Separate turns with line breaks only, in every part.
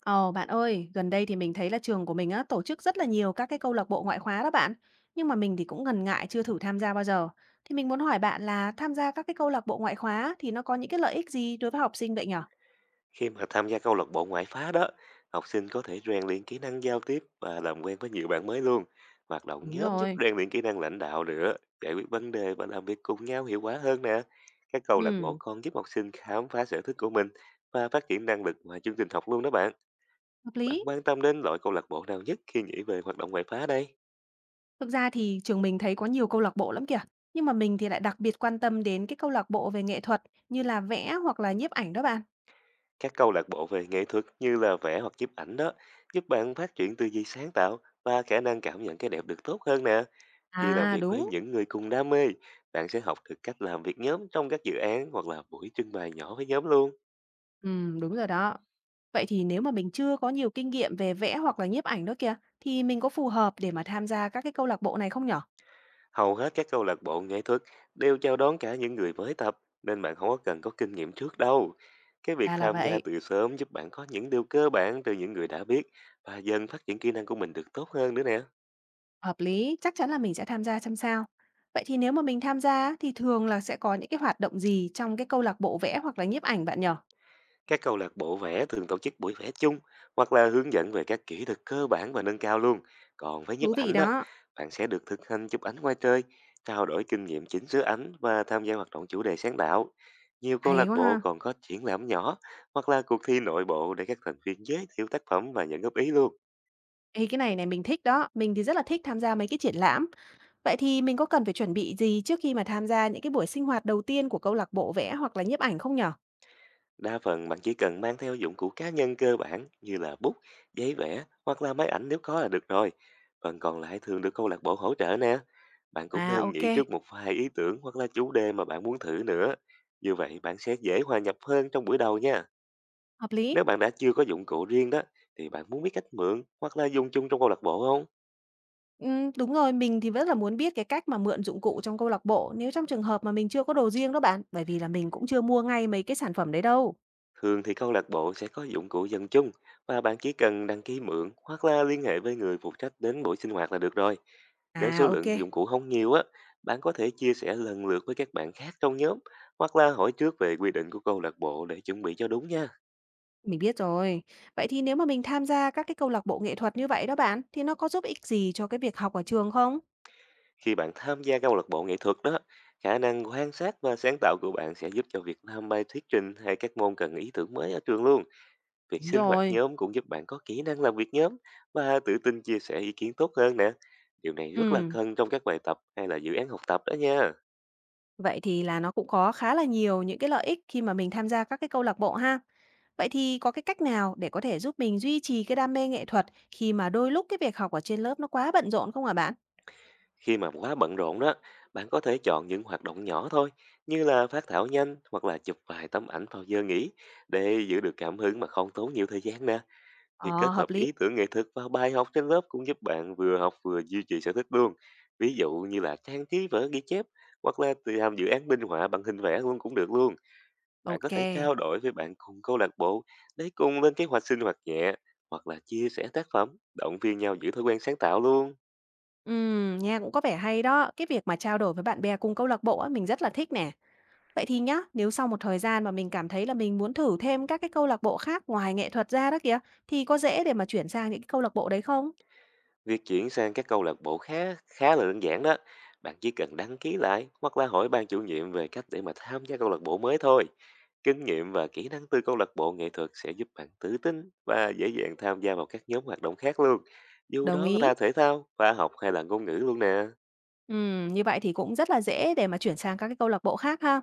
Ồ, bạn ơi, gần đây thì mình thấy là trường của mình á, tổ chức rất là nhiều các cái câu lạc bộ ngoại khóa đó bạn. Nhưng mà mình thì cũng ngần ngại chưa thử tham gia bao giờ. Thì mình muốn hỏi bạn là tham gia các cái câu lạc bộ ngoại khóa thì nó có những cái lợi ích gì đối với học sinh vậy nhở?
Khi mà tham gia câu lạc bộ ngoại khóa đó, học sinh có thể rèn luyện kỹ năng giao tiếp và làm quen với nhiều bạn mới luôn. Hoạt động
Đúng
nhóm giúp
rồi.
rèn luyện kỹ năng lãnh đạo nữa, giải quyết vấn đề và làm việc cùng nhau hiệu quả hơn nè. Các câu lạc bộ
Ừ.
còn giúp học sinh khám phá sở thích của mình và phát triển năng lực ngoài chương trình học luôn đó bạn.
Hợp
Bạn
lý.
quan tâm đến loại câu lạc bộ nào nhất khi nghĩ về hoạt động ngoại khóa đây?
Thực ra thì trường mình thấy có nhiều câu lạc bộ lắm kìa. Nhưng mà mình thì lại đặc biệt quan tâm đến cái câu lạc bộ về nghệ thuật như là vẽ hoặc là nhiếp ảnh đó bạn.
Các câu lạc bộ về nghệ thuật như là vẽ hoặc nhiếp ảnh đó giúp bạn phát triển tư duy sáng tạo và khả năng cảm nhận cái đẹp được tốt hơn nè. Khi làm
À
việc với
đúng.
những người cùng đam mê, bạn sẽ học được cách làm việc nhóm trong các dự án hoặc là buổi trưng bày nhỏ với nhóm luôn.
Đúng rồi đó. Vậy thì nếu mà mình chưa có nhiều kinh nghiệm về vẽ hoặc là nhiếp ảnh đó kìa, thì mình có phù hợp để mà tham gia các cái câu lạc bộ này không nhỉ?
Hầu hết các câu lạc bộ nghệ thuật đều chào đón cả những người mới tập, nên bạn không có cần có kinh nghiệm trước đâu. Cái việc
Ra là
tham gia
vậy,
từ sớm giúp bạn có những điều cơ bản từ những người đã biết, và dần phát triển kỹ năng của mình được tốt hơn nữa nè.
hợp lý, chắc chắn là mình sẽ tham gia xem sao. Vậy thì nếu mà mình tham gia á, thì thường là sẽ có những cái hoạt động gì trong cái câu lạc bộ vẽ hoặc là nhiếp ảnh bạn nhở?
Các câu lạc bộ vẽ thường tổ chức buổi vẽ chung hoặc là hướng dẫn về các kỹ thuật cơ bản và nâng cao luôn. Còn với nhiếp
Thú vị
ảnh đó,
đó,
bạn sẽ được thực hành chụp ảnh ngoài trời, trao đổi kinh nghiệm chỉnh sửa ảnh và tham gia hoạt động chủ đề sáng tạo. Nhiều câu
hay
lạc
quá
bộ
ha.
còn có triển lãm nhỏ hoặc là cuộc thi nội bộ để các thành viên giới thiệu tác phẩm và nhận góp ý luôn.
Ê, cái này này mình thích đó, mình thì rất là thích tham gia mấy cái triển lãm. Vậy thì mình có cần phải chuẩn bị gì trước khi mà tham gia những cái buổi sinh hoạt đầu tiên của câu lạc bộ vẽ hoặc là nhiếp ảnh không nhở?
Đa phần bạn chỉ cần mang theo dụng cụ cá nhân cơ bản như là bút, giấy vẽ hoặc là máy ảnh nếu có là được rồi. Phần còn lại thường được câu lạc bộ hỗ trợ nè. Bạn cũng
À
nên
ok,
nghĩ trước một vài ý tưởng hoặc là chủ đề mà bạn muốn thử nữa. Như vậy bạn sẽ dễ hòa nhập hơn trong buổi đầu nha.
hợp lý.
Nếu bạn đã chưa có dụng cụ riêng đó, thì bạn muốn biết cách mượn hoặc là dùng chung trong câu lạc bộ không?
Đúng rồi, mình thì rất là muốn biết cái cách mà mượn dụng cụ trong câu lạc bộ nếu trong trường hợp mà mình chưa có đồ riêng đó bạn, bởi vì là mình cũng chưa mua ngay mấy cái sản phẩm đấy đâu.
Thường thì câu lạc bộ sẽ có dụng cụ dân chung, và bạn chỉ cần đăng ký mượn hoặc là liên hệ với người phụ trách đến buổi sinh hoạt là được rồi. Nếu số
À, ok,
lượng dụng cụ không nhiều á, bạn có thể chia sẻ lần lượt với các bạn khác trong nhóm, hoặc là hỏi trước về quy định của câu lạc bộ để chuẩn bị cho đúng nha.
mình biết rồi. Vậy thì nếu mà mình tham gia các cái câu lạc bộ nghệ thuật như vậy đó bạn, thì nó có giúp ích gì cho cái việc học ở trường không?
Khi bạn tham gia câu lạc bộ nghệ thuật đó, khả năng quan sát và sáng tạo của bạn sẽ giúp cho việc làm bài thuyết trình hay các môn cần ý tưởng mới ở trường luôn. Việc
Đúng
sinh hoạt
rồi.
nhóm cũng giúp bạn có kỹ năng làm việc nhóm và tự tin chia sẻ ý kiến tốt hơn nè. Điều này rất là
Ừm,
cần trong các bài tập hay là dự án học tập đó nha.
vậy thì là nó cũng có khá là nhiều những cái lợi ích khi mà mình tham gia các cái câu lạc bộ ha. Vậy thì có cái cách nào để có thể giúp mình duy trì cái đam mê nghệ thuật khi mà đôi lúc cái việc học ở trên lớp nó quá bận rộn không hả bạn?
Khi mà quá bận rộn đó, bạn có thể chọn những hoạt động nhỏ thôi, như là phát thảo nhanh hoặc là chụp vài tấm ảnh vào giờ nghỉ, để giữ được cảm hứng mà không tốn nhiều thời gian nè. Việc
Ờ,
kết
hợp
hợp
lý.
ý tưởng nghệ thuật vào bài học trên lớp cũng giúp bạn vừa học vừa duy trì sở thích luôn. Ví dụ như là trang trí vở ghi chép hoặc là tự làm dự án minh họa bằng hình vẽ luôn cũng được luôn. Bạn có thể
OK.
trao đổi với bạn cùng câu lạc bộ để cùng lên kế hoạch sinh hoạt nhẹ, hoặc là chia sẻ tác phẩm, động viên nhau giữ thói quen sáng tạo luôn.
Nghe cũng có vẻ hay đó. Cái việc mà trao đổi với bạn bè cùng câu lạc bộ á, mình rất là thích nè. Vậy thì nhá, nếu sau một thời gian mà mình cảm thấy là mình muốn thử thêm các cái câu lạc bộ khác ngoài nghệ thuật ra đó kìa, thì có dễ để mà chuyển sang những cái câu lạc bộ đấy không?
Việc chuyển sang các câu lạc bộ khá khá là đơn giản đó. Bạn chỉ cần đăng ký lại hoặc là hỏi ban chủ nhiệm về cách để mà tham gia câu lạc bộ mới thôi. Kinh nghiệm và kỹ năng từ câu lạc bộ nghệ thuật sẽ giúp bạn tự tin và dễ dàng tham gia vào các nhóm hoạt động khác luôn. Dù
Đồng
đó
ý.
là thể thao, khoa học hay là ngôn ngữ luôn nè.
Như vậy thì cũng rất là dễ để mà chuyển sang các cái câu lạc bộ khác ha.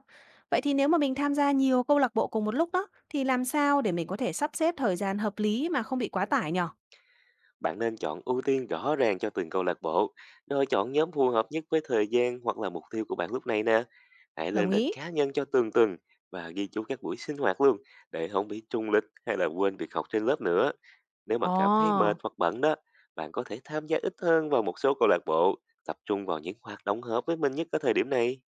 Vậy thì nếu mà mình tham gia nhiều câu lạc bộ cùng một lúc đó, thì làm sao để mình có thể sắp xếp thời gian hợp lý mà không bị quá tải nhở?
Bạn nên chọn ưu tiên rõ ràng cho từng câu lạc bộ, rồi chọn nhóm phù hợp nhất với thời gian hoặc là mục tiêu của bạn lúc này nè. Hãy
Đồng
lên lịch
ý.
cá nhân cho từng tuần và ghi chú các buổi sinh hoạt luôn, để không bị trùng lịch hay là quên việc học trên lớp nữa. Nếu mà cảm thấy mệt
Ồ.
hoặc bận đó, bạn có thể tham gia ít hơn vào một số câu lạc bộ, tập trung vào những hoạt động hợp với mình nhất ở thời điểm này.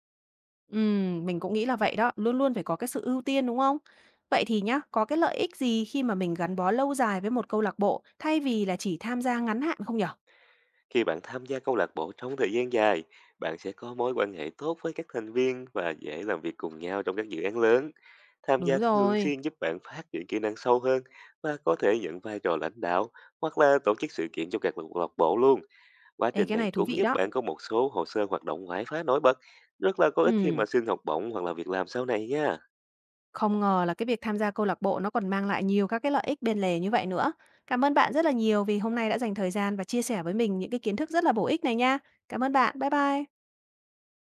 Mình cũng nghĩ là vậy đó, luôn luôn phải có cái sự ưu tiên, đúng không? Vậy thì nhá, có cái lợi ích gì khi mà mình gắn bó lâu dài với một câu lạc bộ thay vì là chỉ tham gia ngắn hạn không nhở?
Khi bạn tham gia câu lạc bộ trong thời gian dài, bạn sẽ có mối quan hệ tốt với các thành viên và dễ làm việc cùng nhau trong các dự án lớn. Tham
Đúng
gia thường
rồi.
xuyên giúp bạn phát triển kỹ năng sâu hơn, và có thể nhận vai trò lãnh đạo hoặc là tổ chức sự kiện trong các câu lạc bộ luôn. Quá
Ê,
trình
cái
này
này thú
cũng
vị
giúp
đó.
bạn có một số hồ sơ hoạt động ngoại khóa nổi bật, rất là có ích khi
Ừm,
mà xin học bổng hoặc là việc làm sau này nha.
không ngờ là cái việc tham gia câu lạc bộ nó còn mang lại nhiều các cái lợi ích bên lề như vậy nữa. Cảm ơn bạn rất là nhiều vì hôm nay đã dành thời gian và chia sẻ với mình những cái kiến thức rất là bổ ích này nha. Cảm ơn bạn. Bye bye.